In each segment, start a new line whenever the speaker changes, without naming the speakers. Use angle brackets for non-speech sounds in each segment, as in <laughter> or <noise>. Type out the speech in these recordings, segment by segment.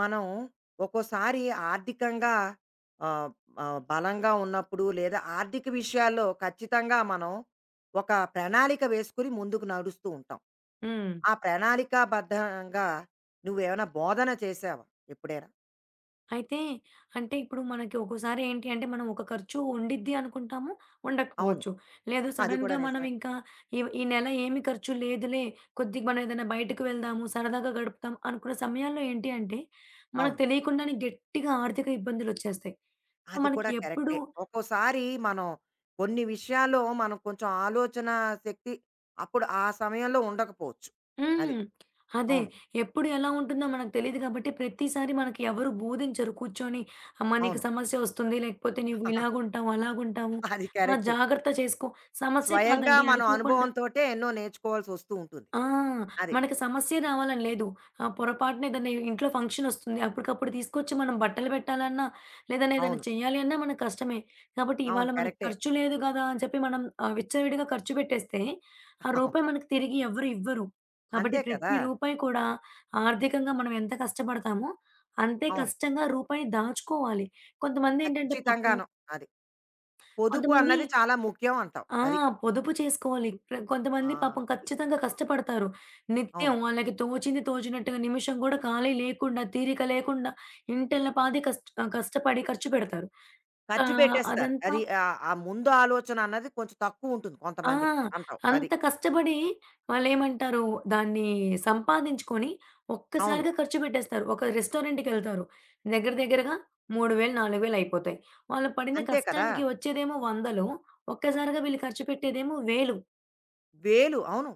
మనం ఒక్కోసారి ఆర్థికంగా ఆహ్, ఆహ్, బలంగా ఉన్నప్పుడు లేదా ఆర్థిక విషయాల్లో ఖచ్చితంగా మనం ఒక ప్రణాళిక వేసుకొని ముందుకు నడుస్తూ ఉంటాం.
హ్మ్.
ఆ ప్రణాళికాబద్ధంగా నువ్వేమైనా బోధన చేసావా ఎప్పుడైనా?
అయితే, అంటే ఇప్పుడు మనకి ఒక్కోసారి ఏంటి అంటే మనం ఒక ఖర్చు ఉండిద్ది అనుకుంటాము.
అవును.
ఉండకపోవచ్చు. లేదు,
అది కూడా
సడెన్‌గా మనం
నిజమే.
ఇంకా ఈ ఈ నెల ఏమి ఖర్చు లేదులే, కొద్దిగా మనం ఏదైనా బయటకి వెళ్దాము, సరదాగా గడుపుతాం అనుకున్న సమయాల్లో ఏంటి అంటే మనకు
అవును.
తెలియకుండానే గట్టిగా ఆర్థిక ఇబ్బందులొచ్చేస్తాయి. సో,
అది కూడా
మనకి ఎప్పుడు.
కరెక్టే. ఒక్కోసారి మనం కొన్ని విషయాల్లో మనం కొంచెం ఆలోచనా శక్తి అప్పుడు ఆ సమయంలో ఉండకపోవచ్చు. అది.
హ్మ్. అదే.
అవును.
ఎప్పుడు ఎలా ఉంటుందో మనకు తెలీదు కాబట్టి ప్రతిసారి మనకి ఎవరు బోధించరు కూర్చొని, "అమ్మ, నీకు
అవును.
సమస్య వస్తుంది. లేకపోతే నువ్వు
<laughs>
ఇలాగుంటావు, అలాగుంటావు.
అది
ఆ!
కరెక్ట్.
జాగ్రత్త చేసుకో." సమస్యే
స్వయంగా
కాదండి
మనం
అనుకోకుండా.
అనుభవంతోటే ఎన్నో నేర్చుకోవాల్సి వస్తూ ఉంటుంది.
ఆ!
అది.
మనకి సమస్య రావాలని లేదు. పొరపాటున ఏదన్నా ఇంట్లో ఫంక్షన్ ఒస్తుంది. అప్పటికప్పుడు తీసుకొచ్చి మనం బట్టలు పెట్టాలన్నా, లేదన్నా ఏదైనా
అవును.
చేయాలి అన్నా మనకు కష్టమే. కాబట్టి
అవును,
ఇవాళ మనకు
కరెక్టే.
ఖర్చు లేదు గదా అని చెప్పి మనం విచ్చలవిడిగా ఖర్చు పెట్టేస్తే, ఆ
అవును.
రూపాయి మనకు తిరిగి ఎవ్వరు ఇవ్వరు. కాబట్టి
అంతే కదా!
ప్రతి రూపాయి కూడా ఆర్థికంగా మనం ఎంత కష్టపడతామో, అంతే
అవును.
కష్టంగా రూపాయిని దాచుకోవాలి. కొంతమందేంటంటే పాపం
ఖచ్చితంగాను. అది. పొదుపు
కొంతమంది
అన్నది చాలా ముఖ్యం అంటావు.
ఆ!
అది.
పొదుపు చేసుకోవాలి.
ఆ!
కొంతమంది పాపం
అది.
ఖచ్చితంగా కష్టపడతారు. నిత్యం
అవును.
వాళ్ళకి తోచింది తోచినట్టుగా నిమిషం కూడా ఖాళీ లేకుండా, తీరిక లేకుండా ఇంటెల్లపాది కష్టపడి ఖర్చు పెడతారు.
ఖర్చు పెట్టేస్తారు.
అదంతా,
అది ఆ ముందు ఆలోచన అన్నది కొంచెం తక్కువుంటుంది
ఆ!
కొంతమందికి అంటావు. అది.
అంత కష్టపడి వాళ్ళేమంటారు దాన్ని సంపాదించుకొని
అవును.
ఒక్కసారిగా ఖర్చు పెట్టేస్తారు. ఒక రెస్టారెంట్‌కెళ్తారు. దగ్గర దగ్గరగా 3,000, 4,000 అయిపోతాయి. వాళ్ళు పడిన
అంతే కదా!
కష్టానికి వచ్చేదేమో వందలు. ఒక్కసారిగా వీళ్ళు ఖర్చు పెట్టేదేమో వేలు.
వేలు, అవును.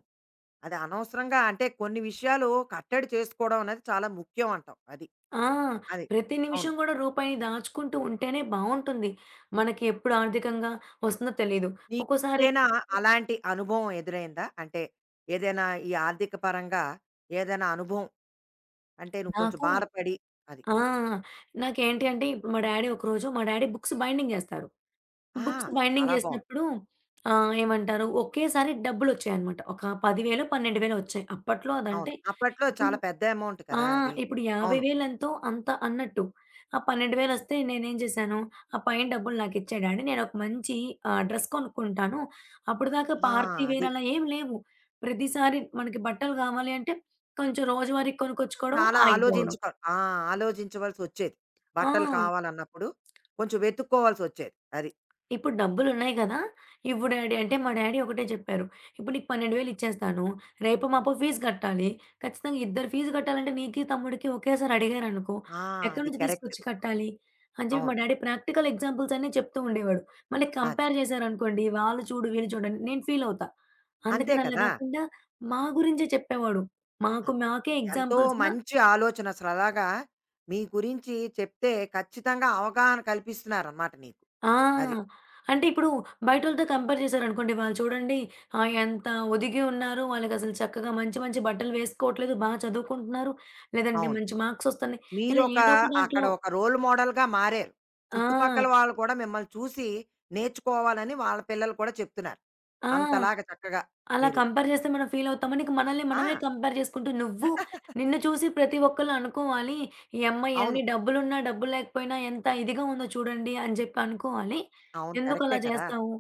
అది అనవసరంగా అంటే కొన్ని విషయాలు కట్టడి చేసుకోవడం అనేది చాలా ముఖ్యం అంటావు. అది.
ఆ!
అది.
ప్రతి
అవును.
నిమిషం గూడా రూపాయిని దాచుకుంటూ ఉంటేనే బావుంటుంది. మనకి ఎప్పుడు ఆర్థికంగా వస్తుందో తెలీదు. ఒక్కోసారి
నీకెప్పుడైనా అలాంటి అనుభవం ఎదురైందా? అంటే ఏదైనా ఈ ఆర్థిక పరంగా ఏదైనా అనుభవం అంటే నువ్వు కొంచెం
నాకు,
బాధపడి అది.
ఆ! నాకేంటి అంటే ఇప్పుడు మా డ్యాడీ, ఒకరోజు మా డ్యాడీ బుక్స్ బైండింగ్ జేస్తారు.
ఆ!
బుక్స్ బైండింగ్
చాలా బావుంది.
జేసినప్పుడు ఏమంటారు, ఒకేసారి డబ్బులొచ్చాయన్నమాట. ఒక 10,000, 12,000 ఒచ్చాయి. అప్పట్లో
అవును.
అదంటే
అప్పట్లో
ఇప్పుడు,
చాలా పెద్ద అమౌంట్
ఆ!
కదా! అది.
ఇప్పుడు
అవును.
50,000 ఎంతో అంత అన్నట్టు. ఆ 12,000 వస్తే నేనేం చేశాను, ఆ పైన డబ్బులు నాకిచ్చే డాడీ నేనొక మంచి డ్రెస్ కొనుక్కుంటాను. అప్పటిదాకా
ఆ!
పార్టీ
అది.
వేర్ అలా ఏం లేవు. ప్రతిసారి మనకి బట్టలు కావాలి అంటే కొంచెం రోజువారీ కొనుక్కొచ్చుకోవడం
చాలా
ఆగిపోవడం.
ఆలోచించుకో, ఆ! ఆలోచించవలసొచ్చేది.
ఆ!
బట్టలు కావాలన్నప్పుడు కొంచెం వెతుక్కోవాల్సొచ్చేది. అది.
ఇప్పుడు డబ్బులున్నాయి గదా, ఇవ్వు డాడీ అంటే, మా డాడీ ఒకటే చెప్పారు. "ఇప్పుడు నీకు 12,000 ఇచ్చేస్తాను. రేపో, మాపో ఫీజు కట్టాలి. ఖచ్చితంగా ఇద్దరు ఫీజు కట్టాలంటే, నీకి, తమ్ముడికి ఒకేసారి అడిగారనుకో,
ఆ!
ఎక్కడి
అది
నుంచి
కరెక్ట్.
తీసుకొచ్చి కట్టాలి?" అని చెప్పి మా
అవును.
డాడీ ప్రాక్టికల్ ఎగ్జాంపుల్స్ అన్నీ చెప్తూ ఉండేవాడు. మళ్ళీ
అది.
కంపేర్ చేశారనుకోండి, వాళ్ళు చూడు, వీళ్ళు చూడు అని నేను ఫీలవుతా.
అంతే
అందుకని అలా
కదా!
గాకుండా మా గురించే చెప్పేవాడు. మాకు
అది.
మాకే
ఎంతో
ఎగ్జాంపుల్స్‌గా.
మంచి ఆలోచన అసలు అలాగా మీ గురించి చెప్తే ఖచ్చితంగా అవగాహన కల్పిస్తున్నారనమాట నీకు. అది.
ఆ! అంటే ఇప్పుడు బయటోళ్ళతో కంపేర్ చేశారనుకోండి, వాళ్ళు చూడండి ఎంత ఒదిగి ఉన్నారు. వాళ్ళకసలు చక్కగా మంచి మంచి బట్టలు వేసుకోవట్లేదు. బా చదువుకుంటున్నారు. లేదంటే
అవును.
మంచి మార్క్స్ ఒస్తున్నాయి. ఇలా
మీరొక
ఏదో ఒక దాంట్లో.
అక్కడ ఒక రోల్ మోడల్‌గా మారారు.
ఆ!
చుట్టుపక్కల వాళ్ళు కూడా మిమ్మల్ని చూసి నేర్చుకోవాలని వాళ్ళ పిల్లలు కూడా చెప్తున్నారు.
ఆ!
అంతలాగా చక్కగా
అలా
మీరు
కంపేర్ చేస్తే మనం ఫీలవుతాము. నీకు మనల్ని మనమే
ఆ!
కంపేర్ చేసుకుంటూ నువ్వు, నిన్ను చూసి ప్రతి ఒక్కళ్ళు అనుకోవాలి. ఈ అమ్మాయి
అవును.
ఎన్ని డబ్బులున్నా, డబ్బులు లేకపోయినా ఎంత ఇదిగా ఉందో చూడండి అని చెప్పి అనుకోవాలి.
అవును, కరెక్టే
ఎందుకలా
కదా!
చేస్తావు?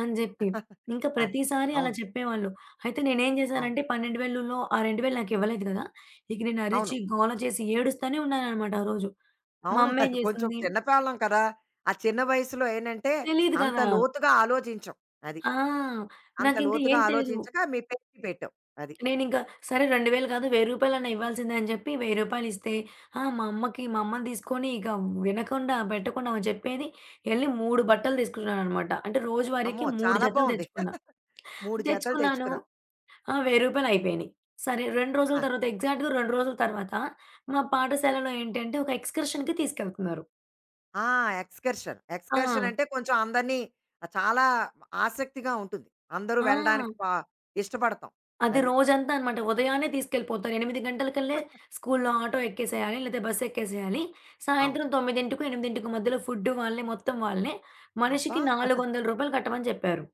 అని జెప్పి. ఇంకా
అదే.
ప్రతిసారి అలా
అవును.
చెప్పేవాళ్ళు. అయితే నేనేం
అవును.
చేశానంటే 12,000లో ఆ 2,000 నాకివ్వలేదు గదా. ఇక నేను
అవును.
అరిచి, గోల చేసి ఏడుస్తూనే ఉన్నాననమాట ఆ రోజు. మా
అవును,
అమ్మ ఏం
మరి కొంచెం
చేసింది
చిన్న పిల్లం కదా! ఆ చిన్న వయసులో ఏంటంటే
తెలీదు
అంత
గదా.
లోతుగా ఆలోచించం. అది.
ఆ!
అంత
నాకింకా
లోతుగా
ఏం తెలీదు.
ఆలోచించక మీ పెట్టి పెట్టావు. అది.
నేనింకా, సరే 2,000 కాదు, రూ. 1,000 ఇవ్వాల్సిందే అని చెప్పి రూ. 1,000 ఇస్తే, ఆ! మా అమ్మకి, మా అమ్మని తీసుకొని ఇక వినకుండా, పెట్టకుండా ఆమె చెప్పేది, ఎళ్లి 3 బట్టలు తీసుకున్నాననమాట. అంటే
అమ్మో!
రోజువారీకి 3
చాలా
జతలు
బావుంది.
తెచ్చుకున్నా.
3 <laughs> జతలు
తెచ్చుకున్నాను.
తెచ్చుకున్నాం.
ఆ! రూ. 1,000 అయిపోయినాయి. సరే 2 రోజుల
ఆ!
తర్వాత, ఎగ్జాక్ట్‌గా 2 రోజుల తర్వాత మా పాఠశాలలో ఏంటంటే ఒక ఎక్స్‌కర్షన్‌కి తీసుకెళ్తున్నారు.
ఆ! ఎక్స్‌కర్షన్.
ఆ!
ఎక్స్‌కర్షన్ అంటే కొంచెం అందరినీ ఆ, చాలా ఆసక్తిగా ఉంటుంది. అందరూ
ఆ!
వెళ్ళడానికి ఇష్టపడతాం.
అది
అది.
రోజంతా అనమాట. ఉదయాన్నే తీసుకెళ్ళిపోతారు. 8 గంటలకల్లే స్కూల్లో ఆటో ఎక్కేసేయాలి. లేతే బస్ ఎక్కేసేయాలి.
అవును.
సాయంత్రం 9:00, 8:00 మధ్యలో ఫుడ్డు వాళ్ళే, మొత్తం వాళ్ళే.
అబ్బా!
మనిషికి రూ. 400 కట్టమని చెప్పారు.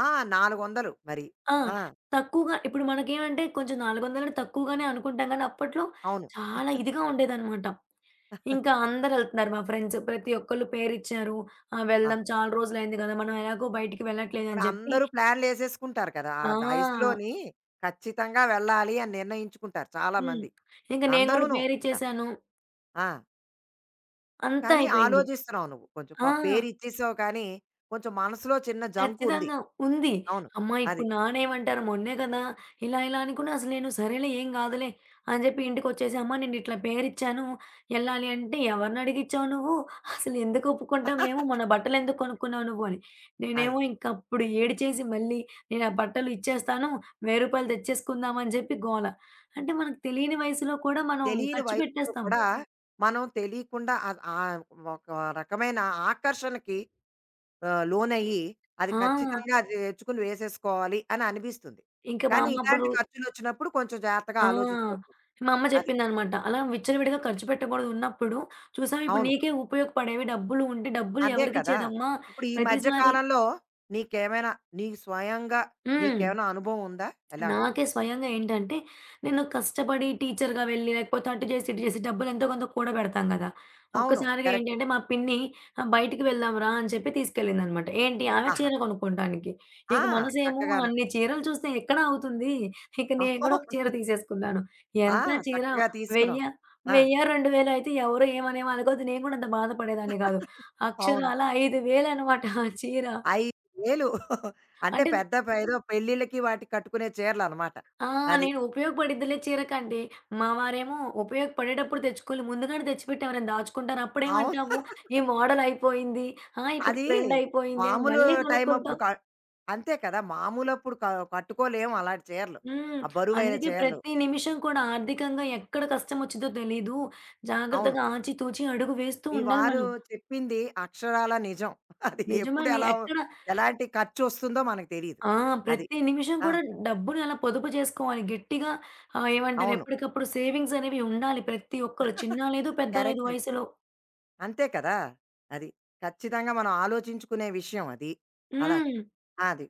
ఆ! 400 మరి.
ఆ!
ఆ!
తక్కువగా ఇప్పుడు మనకేమంటే కొంచెం 400 అంటే తక్కువగానే అనుకుంటాం గానీ, అప్పట్లో
అవును.
చాలా ఇదిగా ఉండేదనమాట. ఇంకా అందరెళ్తున్నారు మా ఫ్రెండ్స్. ప్రతి ఒక్కళ్ళు పేరిచ్చారు. ఆ! వెళ్దాం,
ఆహా!
చాలా రోజులయింది గదా, మనం ఎలాగో బయటికి
ఇప్పుడు
వెళ్ళట్లేదని చెప్పి.
అందరూ ప్లాన్‌లేసేసుకుంటారు కదా! ఆ
ఆ!
వయసులోని ఖచ్చితంగా వెళ్ళాలి అని నిర్ణయించుకుంటారు
హ్మ్.
చాలామంది.
ఇంక నేను గూడా
అందరూను ఇంకా.
పేరిచ్చేసాను.
ఆ!
అంతా
కానీ
అయిపోయింది.
ఆలోచిస్తున్నావు నువ్వు. కొంచెం
ఆ!
పాపం పేరిచ్చేసావు కానీ, కొంచెం మనసులో చిన్న జంకుంది.
ఖచ్చితంగా ఉంది.
అవును.
అమ్మ,
అది.
ఇప్పుడు నాన్నేమంటారు మొన్నే కదా, ఇలా ఇలా అనుకున్నా, అసలు నేను సరేలే, ఏం కాదులే అని చెప్పి ఇంటికొచ్చేసి, అమ్మ, నేను ఇట్లా పేరిచ్చాను, ఎళ్ళాలి అంటే ఎవరిని అడిగిచ్చావు నువ్వు? అసలు ఎందుకు ఒప్పుకుంటాం మేము? మన
<laughs>
బట్టలు ఎందుకు కొనుక్కున్నావు నువ్వు అని.
అది.
నేనేమో ఇంక అప్పుడు ఏడిచేసి మళ్ళీ, నేను ఆ బట్టలు ఇచ్చేస్తాను, రూ. 1,000 తెచ్చేసుకుందాం అని చెప్పి గోల. అంటే మనకు తెలియని వయసులో కూడా మనం
తెలియని
ఖర్చు
వయసులో
పెట్టేస్తాం.
కూడా మనం తెలియకుండా ఒక రకమైన ఆకర్షణకి లోనయ్యి, అది
ఆ!
ఖచ్చితంగా అది తెచ్చుకొని వేసేసుకోవాలి అని అనిపిస్తుంది.
ఇంక మా
కానీ
అమ్మ అప్పుడు,
ఇలాంటి ఖర్చులొచ్చినప్పుడు కొంచెం జాగ్రత్తగా
ఆ!
ఆలోచించవలసి వస్తుంది.
మా అమ్మ
అది.
చెప్పిందనమాట. అలా విచ్చలవిడిగా ఖర్చు పెట్టకూడదు ఉన్నప్పుడు. చూసావా ఇప్పుడు,
అవును.
నీకే ఉపయోగపడేవి, డబ్బులు ఉంటే డబ్బులు
అదే కదా!
ఎవరికిచ్చేదమ్మా?
ఇప్పుడు ఈ మధ్య
ప్రతిసారి.
కాలంలో నీకేమైనా నీ స్వయంగా
హ్మ్.
నీకేమైనా అనుభవం ఉందా? ఎలాగా?
నాకే స్వయంగా ఏంటంటే, నేను కష్టపడి టీచర్‌గా వెళ్ళి, లేకపోతే అటు చేసి, ఇటు చేసి డబ్బులు ఎంతో కొంత కూడబెడతాం గదా.
అవును,
ఒక్కసారిగా
కరెక్ట్.
ఏంటంటే, మా పిన్ని బయటికి వెళ్దాం రా అని చెప్పి తీసుకెళ్ళిందనమాట. ఏంటి, ఆమె
ఆహా!
చీర కొనుక్కోటానికి.
ఆ!
ఇక మనసేమో
చక్కగాను.
అన్ని చీరలు చూస్తే ఎక్కడ అవుతుంది. ఇక నేను గూడా ఒక చీర
అవును.
తీసేసుకున్నాను.
ఆ!
ఎంత చీర,
చక్కగా తీసుకున్నాం.
1,000,
ఆ!
2,000 అయితే ఎవరు ఏమనేమో అనుకోవద్దు. నేను గూడా అంత బాధపడేదాన్ని గాదు.
అవును.
అక్షరాల 5,000 అనమాట ఆ చీర.
5,000 <laughs> అంటే
అంటే,
పెద్ద ఏదో పెళ్ళిళ్ళకి వాటికి కట్టుకునే చీరలనమాట.
ఆ!
అది.
నేను ఉపయోగపడిద్దిలే చీర కంటే, మా వారేమో ఉపయోగపడేటప్పుడు తెచ్చుకోవాలి, ముందుగానే తెచ్చిపెట్టామని దాచుకుంటాను.
అవును.
అప్పుడేమంటావు, ఈ
<laughs>
మోడల్ అయిపోయింది. ఆ! ఇప్పుడు
అది
ట్రెండ్ అయిపోయింది అని
మామూలు
మళ్ళీ
టైం అప్పుడు
కొనుక్కుంటాం.
అంతే కదా! మామూలప్పుడు కట్టుకోలేము అలాంటి చీరలు.
హ్మ్.
ఆ బరువైన
అందుకే
చీరలు.
ప్రతి నిమిషం కూడా ఆర్థికంగా ఎక్కడ కష్టం వచ్చిద్దో తెలీదు.
అవును.
జాగ్రత్తగా ఆచితూచి అడుగు వేస్తూ
మీ
ఉండాలి
వారు
మనం.
చెప్పింది అక్షరాల నిజం. <laughs> అది ఎప్పుడు
నిజమండి.
ఎలా
ఎక్కడ.
ఎలాంటి ఖర్చొస్తుందో మనకు తెలీదు.
ఆ!
అది.
ప్రతి నిమిషం
ఆ!
కూడా డబ్బుని అలా పొదుపు చేసుకోవాలి. గట్టిగా ఏమంటారు,
అవును.
ఎప్పటికప్పుడు సేవింగ్స్ అనేవి ఉండాలి. ప్రతి ఒక్కరు,
<laughs>
చిన్న లేదు, పెద్ద లేదు
కరెక్ట్.
వయసులో.
అంతే కదా! అది. ఖచ్చితంగా మనం ఆలోచించుకునే విషయం అది. అలాగా.
హ్మ్.
అది.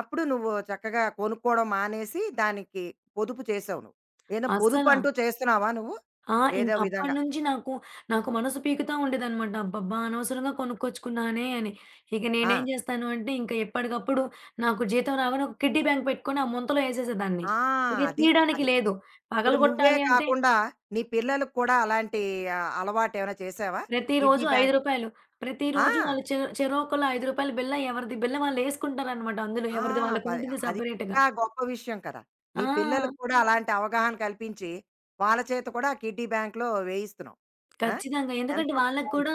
అప్పుడు నువ్వు చక్కగా కొనుక్కోవడం మానేసి దానికి పొదుపు చేసావు నువ్వు. ఏదో
అసల.
పొదుపంటూ చేస్తున్నావా నువ్వు?
ఆ!
ఏదో
ఇంక
విధంగా.
అప్పటినుంచి నాకు మనసు పీకుతా ఉండేదనమాట. అబ్బబ్బా! అనవసరంగా కొనుక్కొచ్చుకున్నానే అని. ఇక నేనేం
ఆ!
చేస్తాను అంటే, ఇంక ఎప్పటికప్పుడు నాకు జీతం రాగానే ఒక కిడ్డీ బ్యాంక్ పెట్టుకొని ఆ ముంతలో ఏసేసేదాన్ని.
ఆ!
ఇక
అది.
తీయడానికి
అది.
లేదు.
ఇప్పుడు నువ్వే
పగలగొట్టాలి అంటే
కాకుండా నీ పిల్లలకి కూడా అలాంటి అలవాటేమైనా చేసావా?
ప్రతిరోజు
కిడ్డీ
రూ.
బ్యాంక్
5, ప్రతిరోజు
ఆ!
వాళ్ళు చెరో ఒకళ్ళు రూ. 5 బిళ్ళ, ఎవరిది బిళ్ళ వాళ్ళేసుకుంటారనమాట అందులో.
ఆ!
ఎవరిది
బ
వాళ్ళకుంటుంది
అది
సపరేట్‌గా.
ఇంకా గొప్ప విషయం కదా! నీ
ఆ!
పిల్లలకి కూడా అలాంటి అవగాహన కల్పించి, వాళ్ళ చేత కూడా కిడ్డీ బ్యాంక్‌లో వేయిస్తున్నావు. ఆ!
ఖచ్చితంగా. ఎందుకంటే
ఎంతో
వాళ్ళకి
బావుంది.
కూడా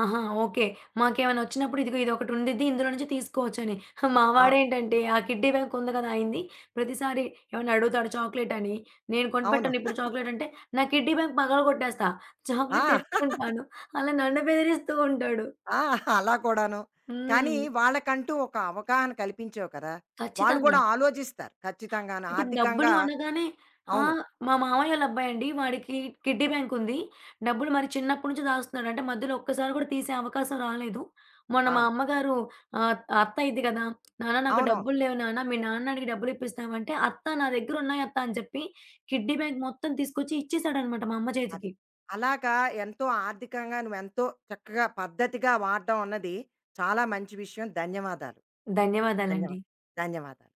ఆహా, ఓకే, మాకేమైనా వచ్చినప్పుడు ఇదిగో ఇదొకటి ఉండిద్ది, ఇందులో నుంచి తీసుకోవచ్చని. <laughs> మా
అవును.
వాడేంటంటే ఆ కిడ్డీ బ్యాంక్ ఉంది కదా, అయింది. ప్రతిసారి ఏమన్నా అడుగుతాడు చాక్లేట్ అని. నేను
అవును.
కొనిపెట్టను ఇప్పుడు చాక్లేట్ అంటే, నా కిడ్డీ బ్యాంక్ పగలగొట్టేస్తా, చాక్లేట్
ఆ!
తెచ్చుకుంటాను అలా నన్ను బెదిరిస్తూ ఉంటాడు.
ఆ! అలా కూడాను. కానీ
హ్మ్.
వాళ్ళకంటూ ఒక అవగాహన కల్పించావు కదా! వాళ్ళు కూడా
ఖచ్చితంగా.
ఆలోచిస్తారు ఖచ్చితంగాను.
ఇప్పుడు డబ్బులు
ఆర్థికంగా
అనగానే, ఆ!
అవును.
మా మామయ్యోళ్ళ అబ్బాయండి, వాడికి కిడ్డీ బ్యాంక్ ఉంది. డబ్బులు మరి చిన్నప్పటి నుంచి దాస్తున్నాడు. అంటే మధ్యలో ఒక్కసారి కూడా తీసే అవకాశం రాలేదు. మొన్న మా
అవును.
అమ్మగారు ఆహ్, అత్త అయిద్ది కదా, "నాన్న, నాకు
అవునవును.
డబ్బులు లేవు నాన్న. మీ నాన్న అడిగి డబ్బులు ఇప్పిస్తావా?" అంటే, "అత్త, నా దగ్గర ఉన్నాయి అత్త" అని చెప్పి కిడ్డీ బ్యాంక్ మొత్తం తీసుకొచ్చి ఇచ్చేసాడన్నమాట మా అమ్మ
అదే.
చేతికి.
అలాగా ఎంతో ఆర్థికంగా నువ్వెంతో చక్కగా పద్ధతిగా వాడడం అన్నది చాలా మంచి విషయం. ధన్యవాదాలు. ధన్యవా
ధన్యవాదాలండి.
ధన్యవాదాలు.